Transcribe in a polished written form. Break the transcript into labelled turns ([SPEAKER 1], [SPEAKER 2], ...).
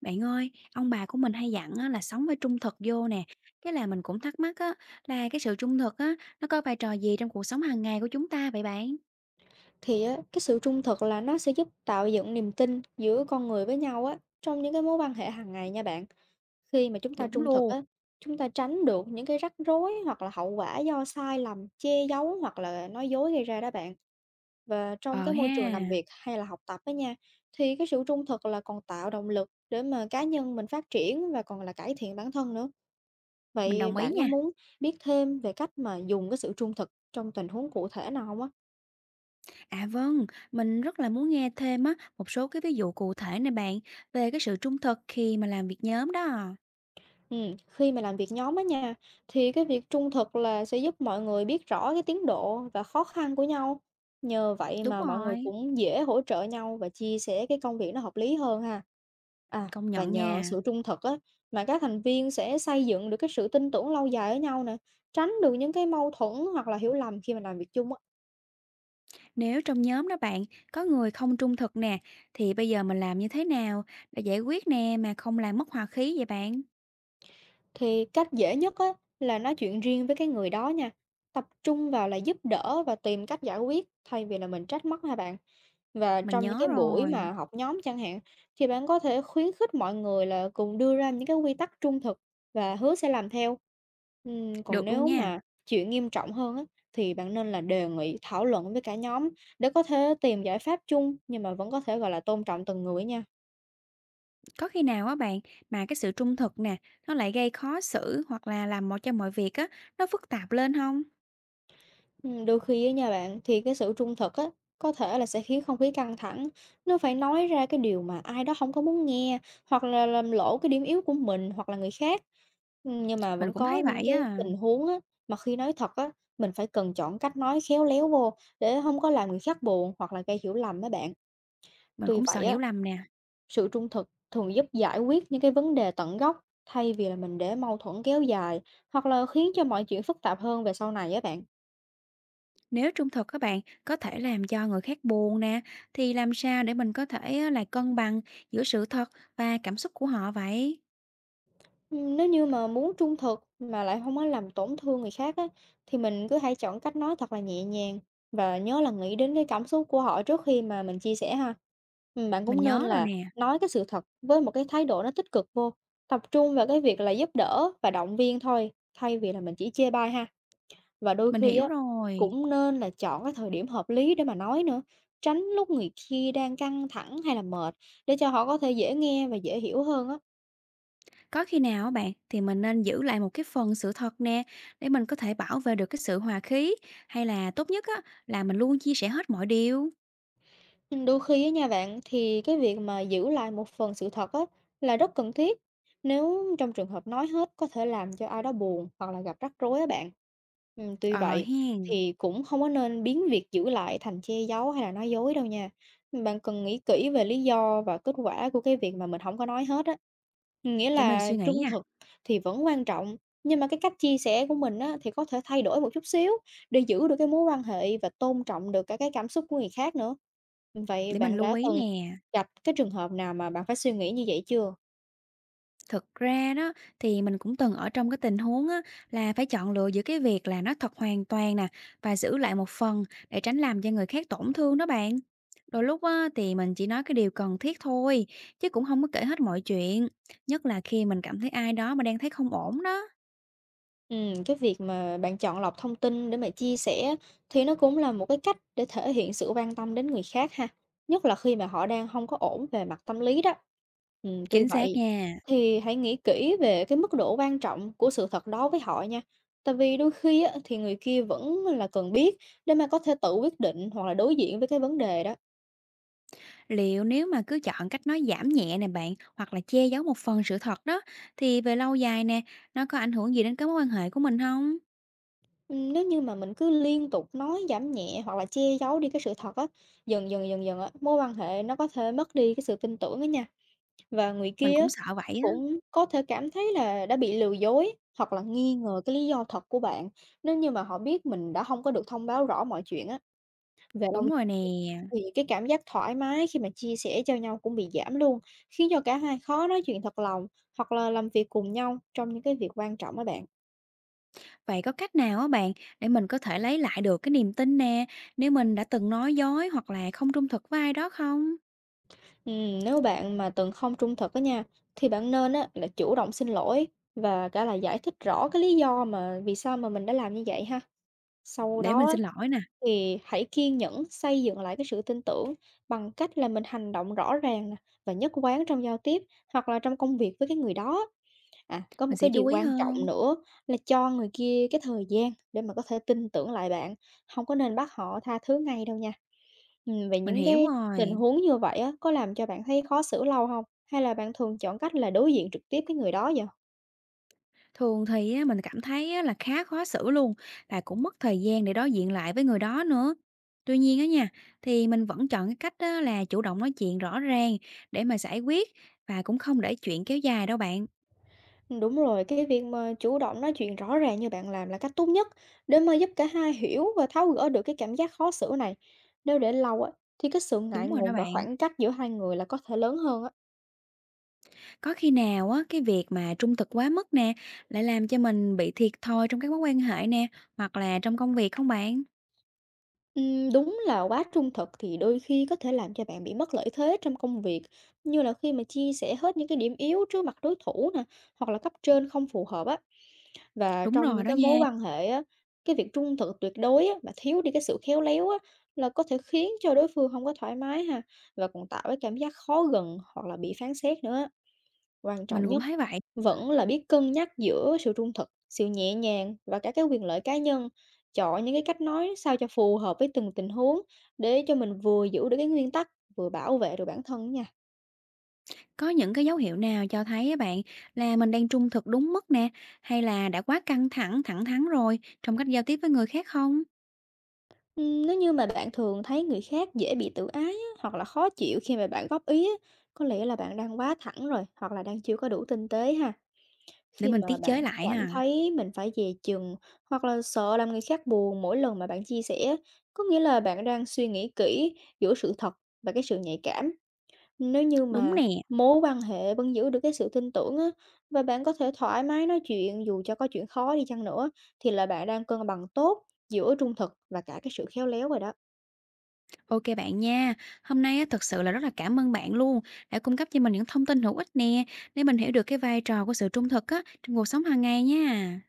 [SPEAKER 1] Bạn ơi, ông bà của mình hay dặn á, là sống với trung thực vô nè. Cái là mình cũng thắc mắc á, là cái sự trung thực á, nó có vai trò gì trong cuộc sống hàng ngày của chúng ta vậy bạn?
[SPEAKER 2] Thì á, cái sự trung thực là nó sẽ giúp tạo dựng niềm tin giữa con người với nhau á, trong những cái mối quan hệ hàng ngày nha bạn. Khi mà chúng ta
[SPEAKER 1] Đúng
[SPEAKER 2] trung thực
[SPEAKER 1] luôn.
[SPEAKER 2] á, chúng ta tránh được những cái rắc rối hoặc là hậu quả do sai lầm, che giấu hoặc là nói dối gây ra đó bạn. Và trong
[SPEAKER 1] Ờ
[SPEAKER 2] cái môi
[SPEAKER 1] ha,
[SPEAKER 2] trường làm việc hay là học tập á nha, thì cái sự trung thực là còn tạo động lực để mà cá nhân mình phát triển và còn là cải thiện bản thân nữa.
[SPEAKER 1] mình
[SPEAKER 2] Vậy
[SPEAKER 1] đồng ý
[SPEAKER 2] bạn có
[SPEAKER 1] nha.
[SPEAKER 2] muốn biết thêm về cách mà dùng cái sự trung thực trong tình huống cụ thể nào không á?
[SPEAKER 1] À vâng, mình rất là muốn nghe thêm á, một số cái ví dụ cụ thể nè bạn, về cái sự trung thực khi mà làm việc nhóm đó.
[SPEAKER 2] Khi mà làm việc nhóm á nha, thì cái việc trung thực là sẽ giúp mọi người biết rõ cái tiến độ và khó khăn của nhau. Nhờ vậy
[SPEAKER 1] Đúng
[SPEAKER 2] mà mọi người
[SPEAKER 1] rồi,
[SPEAKER 2] cũng dễ hỗ trợ nhau và chia sẻ cái công việc nó hợp lý hơn ha. À,
[SPEAKER 1] công
[SPEAKER 2] và
[SPEAKER 1] nhận
[SPEAKER 2] nhờ
[SPEAKER 1] nha.
[SPEAKER 2] sự trung thực á, mà các thành viên sẽ xây dựng được cái sự tin tưởng lâu dài ở nhau nè, tránh được những cái mâu thuẫn hoặc là hiểu lầm khi mà làm việc chung á.
[SPEAKER 1] Nếu trong nhóm đó bạn, có người không trung thực nè, thì bây giờ mình làm như thế nào để giải quyết nè mà không làm mất hòa khí vậy bạn?
[SPEAKER 2] Thì cách dễ nhất á, là nói chuyện riêng với cái người đó nha, tập trung vào là giúp đỡ và tìm cách giải quyết thay vì là mình trách móc ha bạn. Và
[SPEAKER 1] Mình
[SPEAKER 2] trong những
[SPEAKER 1] nhớ
[SPEAKER 2] cái buổi
[SPEAKER 1] rồi.
[SPEAKER 2] mà học nhóm chẳng hạn, thì bạn có thể khuyến khích mọi người là cùng đưa ra những cái quy tắc trung thực và hứa sẽ làm theo. Còn
[SPEAKER 1] Được luôn
[SPEAKER 2] nếu
[SPEAKER 1] nha.
[SPEAKER 2] mà chuyện nghiêm trọng hơn á, thì bạn nên là đề nghị thảo luận với cả nhóm để có thể tìm giải pháp chung, nhưng mà vẫn có thể gọi là tôn trọng từng người nha.
[SPEAKER 1] Có khi nào á bạn mà cái sự trung thực nè, nó lại gây khó xử hoặc là làm mọi cho mọi việc á nó phức tạp lên không?
[SPEAKER 2] Đôi khi á nha bạn, thì cái sự trung thực á, có thể là sẽ khiến không khí căng thẳng, nó phải nói ra cái điều mà ai đó không có muốn nghe, hoặc là làm lộ cái điểm yếu của mình hoặc là người khác. Nhưng mà
[SPEAKER 1] Mình
[SPEAKER 2] vẫn
[SPEAKER 1] cũng
[SPEAKER 2] có
[SPEAKER 1] thấy
[SPEAKER 2] những
[SPEAKER 1] vậy
[SPEAKER 2] cái
[SPEAKER 1] á,
[SPEAKER 2] tình huống á, mà khi nói thật á, mình phải cần chọn cách nói khéo léo vô để không có làm người khác buồn hoặc là gây hiểu lầm á bạn.
[SPEAKER 1] mình
[SPEAKER 2] Tuy
[SPEAKER 1] cũng sợ
[SPEAKER 2] vậy á,
[SPEAKER 1] hiểu lầm nè.
[SPEAKER 2] sự trung thực thường giúp giải quyết những cái vấn đề tận gốc, thay vì là mình để mâu thuẫn kéo dài, hoặc là khiến cho mọi chuyện phức tạp hơn về sau này á bạn.
[SPEAKER 1] Nếu trung thực các bạn có thể làm cho người khác buồn nè, thì làm sao để mình có thể á là cân bằng giữa sự thật và cảm xúc của họ vậy?
[SPEAKER 2] Nếu như mà muốn trung thực mà lại không có làm tổn thương người khác á, thì mình cứ hãy chọn cách nói thật là nhẹ nhàng và nhớ là nghĩ đến cái cảm xúc của họ trước khi mà mình chia sẻ ha. Bạn
[SPEAKER 1] Mình
[SPEAKER 2] cũng nên
[SPEAKER 1] nhớ rồi
[SPEAKER 2] là
[SPEAKER 1] nè,
[SPEAKER 2] nói cái sự thật với một cái thái độ nó tích cực vô, tập trung vào cái việc là giúp đỡ và động viên thôi, thay vì là mình chỉ chê bai ha. Và đôi
[SPEAKER 1] mình
[SPEAKER 2] khi
[SPEAKER 1] hiểu
[SPEAKER 2] á,
[SPEAKER 1] rồi.
[SPEAKER 2] cũng nên là chọn cái thời điểm hợp lý để mà nói nữa, tránh lúc người kia đang căng thẳng hay là mệt, để cho họ có thể dễ nghe và dễ hiểu hơn á.
[SPEAKER 1] Có khi nào á bạn thì mình nên giữ lại một cái phần sự thật nè, để mình có thể bảo vệ được cái sự hòa khí, hay là tốt nhất á là mình luôn chia sẻ hết mọi điều?
[SPEAKER 2] Đôi khi á nha bạn, thì cái việc mà giữ lại một phần sự thật á là rất cần thiết, nếu trong trường hợp nói hết có thể làm cho ai đó buồn hoặc là gặp rắc rối á bạn. Tuy
[SPEAKER 1] Ờ
[SPEAKER 2] vậy
[SPEAKER 1] hen,
[SPEAKER 2] thì cũng không có nên biến việc giữ lại thành che giấu hay là nói dối đâu nha. Bạn cần nghĩ kỹ về lý do và kết quả của cái việc mà mình không có nói hết á. Nghĩa
[SPEAKER 1] để mình
[SPEAKER 2] là
[SPEAKER 1] suy nghĩ
[SPEAKER 2] trung
[SPEAKER 1] nha,
[SPEAKER 2] thực thì vẫn quan trọng, nhưng mà cái cách chia sẻ của mình á thì có thể thay đổi một chút xíu, để giữ được cái mối quan hệ và tôn trọng được cả cái cảm xúc của người khác nữa. Vậy
[SPEAKER 1] để mình
[SPEAKER 2] bạn
[SPEAKER 1] lưu
[SPEAKER 2] đã
[SPEAKER 1] ý
[SPEAKER 2] từng
[SPEAKER 1] nè.
[SPEAKER 2] gặp cái trường hợp nào mà bạn phải suy nghĩ như vậy chưa?
[SPEAKER 1] Thực ra đó thì mình cũng từng ở trong cái tình huống á, là phải chọn lựa giữa cái việc là nói thật hoàn toàn nè và giữ lại một phần để tránh làm cho người khác tổn thương đó bạn. Đôi lúc á, thì mình chỉ nói cái điều cần thiết thôi chứ cũng không có kể hết mọi chuyện, nhất là khi mình cảm thấy ai đó mà đang thấy không ổn đó.
[SPEAKER 2] Cái việc mà bạn chọn lọc thông tin để mà chia sẻ thì nó cũng là một cái cách để thể hiện sự quan tâm đến người khác ha, nhất là khi mà họ đang không có ổn về mặt tâm lý đó. Tuy
[SPEAKER 1] Chính xác
[SPEAKER 2] vậy
[SPEAKER 1] nha.
[SPEAKER 2] thì hãy nghĩ kỹ về cái mức độ quan trọng của sự thật đó với họ nha, tại vì đôi khi á thì người kia vẫn là cần biết để mà có thể tự quyết định hoặc là đối diện với cái vấn đề đó.
[SPEAKER 1] Liệu nếu mà cứ chọn cách nói giảm nhẹ nè bạn, hoặc là che giấu một phần sự thật đó, thì về lâu dài nè, nó có ảnh hưởng gì đến cái mối quan hệ của mình không?
[SPEAKER 2] Nếu như mà mình cứ liên tục nói giảm nhẹ hoặc là che giấu đi cái sự thật á, dần dần, dần dần á, mối quan hệ nó có thể mất đi cái sự tin tưởng á nha. Và người
[SPEAKER 1] Mình
[SPEAKER 2] kia á,
[SPEAKER 1] cũng sợ vậy á.
[SPEAKER 2] cũng có thể cảm thấy là đã bị lừa dối hoặc là nghi ngờ cái lý do thật của bạn. Nếu như mà họ biết mình đã không có được thông báo rõ mọi chuyện á, về
[SPEAKER 1] Đúng
[SPEAKER 2] lâu
[SPEAKER 1] rồi nè.
[SPEAKER 2] thì cái cảm giác thoải mái khi mà chia sẻ cho nhau cũng bị giảm luôn, khiến cho cả hai khó nói chuyện thật lòng hoặc là làm việc cùng nhau trong những cái việc quan trọng á bạn.
[SPEAKER 1] Vậy có cách nào á bạn để mình có thể lấy lại được cái niềm tin nè, nếu mình đã từng nói dối hoặc là không trung thực với ai đó không?
[SPEAKER 2] Nếu bạn mà từng không trung thực á nha, thì bạn nên á là chủ động xin lỗi và cả là giải thích rõ cái lý do mà vì sao mà mình đã làm như vậy ha. Sau
[SPEAKER 1] Để
[SPEAKER 2] đó
[SPEAKER 1] mình
[SPEAKER 2] á,
[SPEAKER 1] xin lỗi nè,
[SPEAKER 2] thì hãy kiên nhẫn xây dựng lại cái sự tin tưởng bằng cách là mình hành động rõ ràng nè và nhất quán trong giao tiếp hoặc là trong công việc với cái người đó. À, có một
[SPEAKER 1] mình sẽ
[SPEAKER 2] cái điều
[SPEAKER 1] chú ý
[SPEAKER 2] quan trọng
[SPEAKER 1] hơn.
[SPEAKER 2] nữa là cho người kia cái thời gian để mà có thể tin tưởng lại bạn, không có nên bắt họ tha thứ ngay đâu nha. Vậy
[SPEAKER 1] Mình
[SPEAKER 2] những
[SPEAKER 1] hiểu
[SPEAKER 2] cái tình
[SPEAKER 1] rồi.
[SPEAKER 2] huống như vậy á, có làm cho bạn thấy khó xử lâu không? Hay là bạn thường chọn cách là đối diện trực tiếp cái người đó vậy?
[SPEAKER 1] Thường thì á, mình cảm thấy á, là khá khó xử luôn và cũng mất thời gian để đối diện lại với người đó nữa. Tuy nhiên á nha, thì mình vẫn chọn cái cách á, là chủ động nói chuyện rõ ràng để mà giải quyết và cũng không để chuyện kéo dài đâu bạn.
[SPEAKER 2] Đúng rồi, cái việc mà chủ động nói chuyện rõ ràng như bạn làm là cách tốt nhất để mà giúp cả hai hiểu và tháo gỡ được cái cảm giác khó xử này. Nếu để lâu á, thì cái sự ngại
[SPEAKER 1] Đúng rồi đó
[SPEAKER 2] ngùng và
[SPEAKER 1] bạn.
[SPEAKER 2] khoảng cách giữa hai người là có thể lớn hơn á.
[SPEAKER 1] Có khi nào á cái việc mà trung thực quá mức nè lại làm cho mình bị thiệt thòi trong các mối quan hệ nè hoặc là trong công việc không bạn?
[SPEAKER 2] Đúng là quá trung thực thì đôi khi có thể làm cho bạn bị mất lợi thế trong công việc, như là khi mà chia sẻ hết những cái điểm yếu trước mặt đối thủ nè, hoặc là cấp trên không phù hợp á. Và
[SPEAKER 1] Đúng
[SPEAKER 2] trong
[SPEAKER 1] rồi
[SPEAKER 2] những
[SPEAKER 1] đó
[SPEAKER 2] cái mối
[SPEAKER 1] nha,
[SPEAKER 2] quan hệ á, cái việc trung thực tuyệt đối á, mà thiếu đi cái sự khéo léo á, là có thể khiến cho đối phương không có thoải mái ha, và còn tạo cái cảm giác khó gần hoặc là bị phán xét nữa. Quan trọng
[SPEAKER 1] mình cũng
[SPEAKER 2] nhất
[SPEAKER 1] thấy vậy.
[SPEAKER 2] vẫn là biết cân nhắc giữa sự trung thực, sự nhẹ nhàng và cả cái quyền lợi cá nhân, chọn những cái cách nói sao cho phù hợp với từng tình huống để cho mình vừa giữ được cái nguyên tắc, vừa bảo vệ được bản thân nha.
[SPEAKER 1] Có những cái dấu hiệu nào cho thấy á bạn là mình đang trung thực đúng mức nè, hay là đã quá căng thẳng, thẳng thắn rồi trong cách giao tiếp với người khác không?
[SPEAKER 2] Nếu như mà bạn thường thấy người khác dễ bị tự ái á, hoặc là khó chịu khi mà bạn góp ý á, có lẽ là bạn đang quá thẳng rồi, hoặc là đang chưa có đủ tinh tế ha.
[SPEAKER 1] Để
[SPEAKER 2] Khi
[SPEAKER 1] mình tiết
[SPEAKER 2] mà bạn
[SPEAKER 1] chế lại
[SPEAKER 2] cảm
[SPEAKER 1] ha.
[SPEAKER 2] thấy mình phải dè chừng hoặc là sợ làm người khác buồn mỗi lần mà bạn chia sẻ á, có nghĩa là bạn đang suy nghĩ kỹ giữa sự thật và cái sự nhạy cảm. Nếu như
[SPEAKER 1] Đúng
[SPEAKER 2] mà
[SPEAKER 1] nè.
[SPEAKER 2] mối quan hệ vẫn giữ được cái sự tin tưởng á, và bạn có thể thoải mái nói chuyện dù cho có chuyện khó đi chăng nữa, thì là bạn đang cân bằng tốt giữa trung thực và cả cái sự khéo léo rồi đó.
[SPEAKER 1] Ok bạn nha. Hôm nay á, thật sự là rất là cảm ơn bạn luôn đã cung cấp cho mình những thông tin hữu ích nè để mình hiểu được cái vai trò của sự trung thực á trong cuộc sống hàng ngày nha.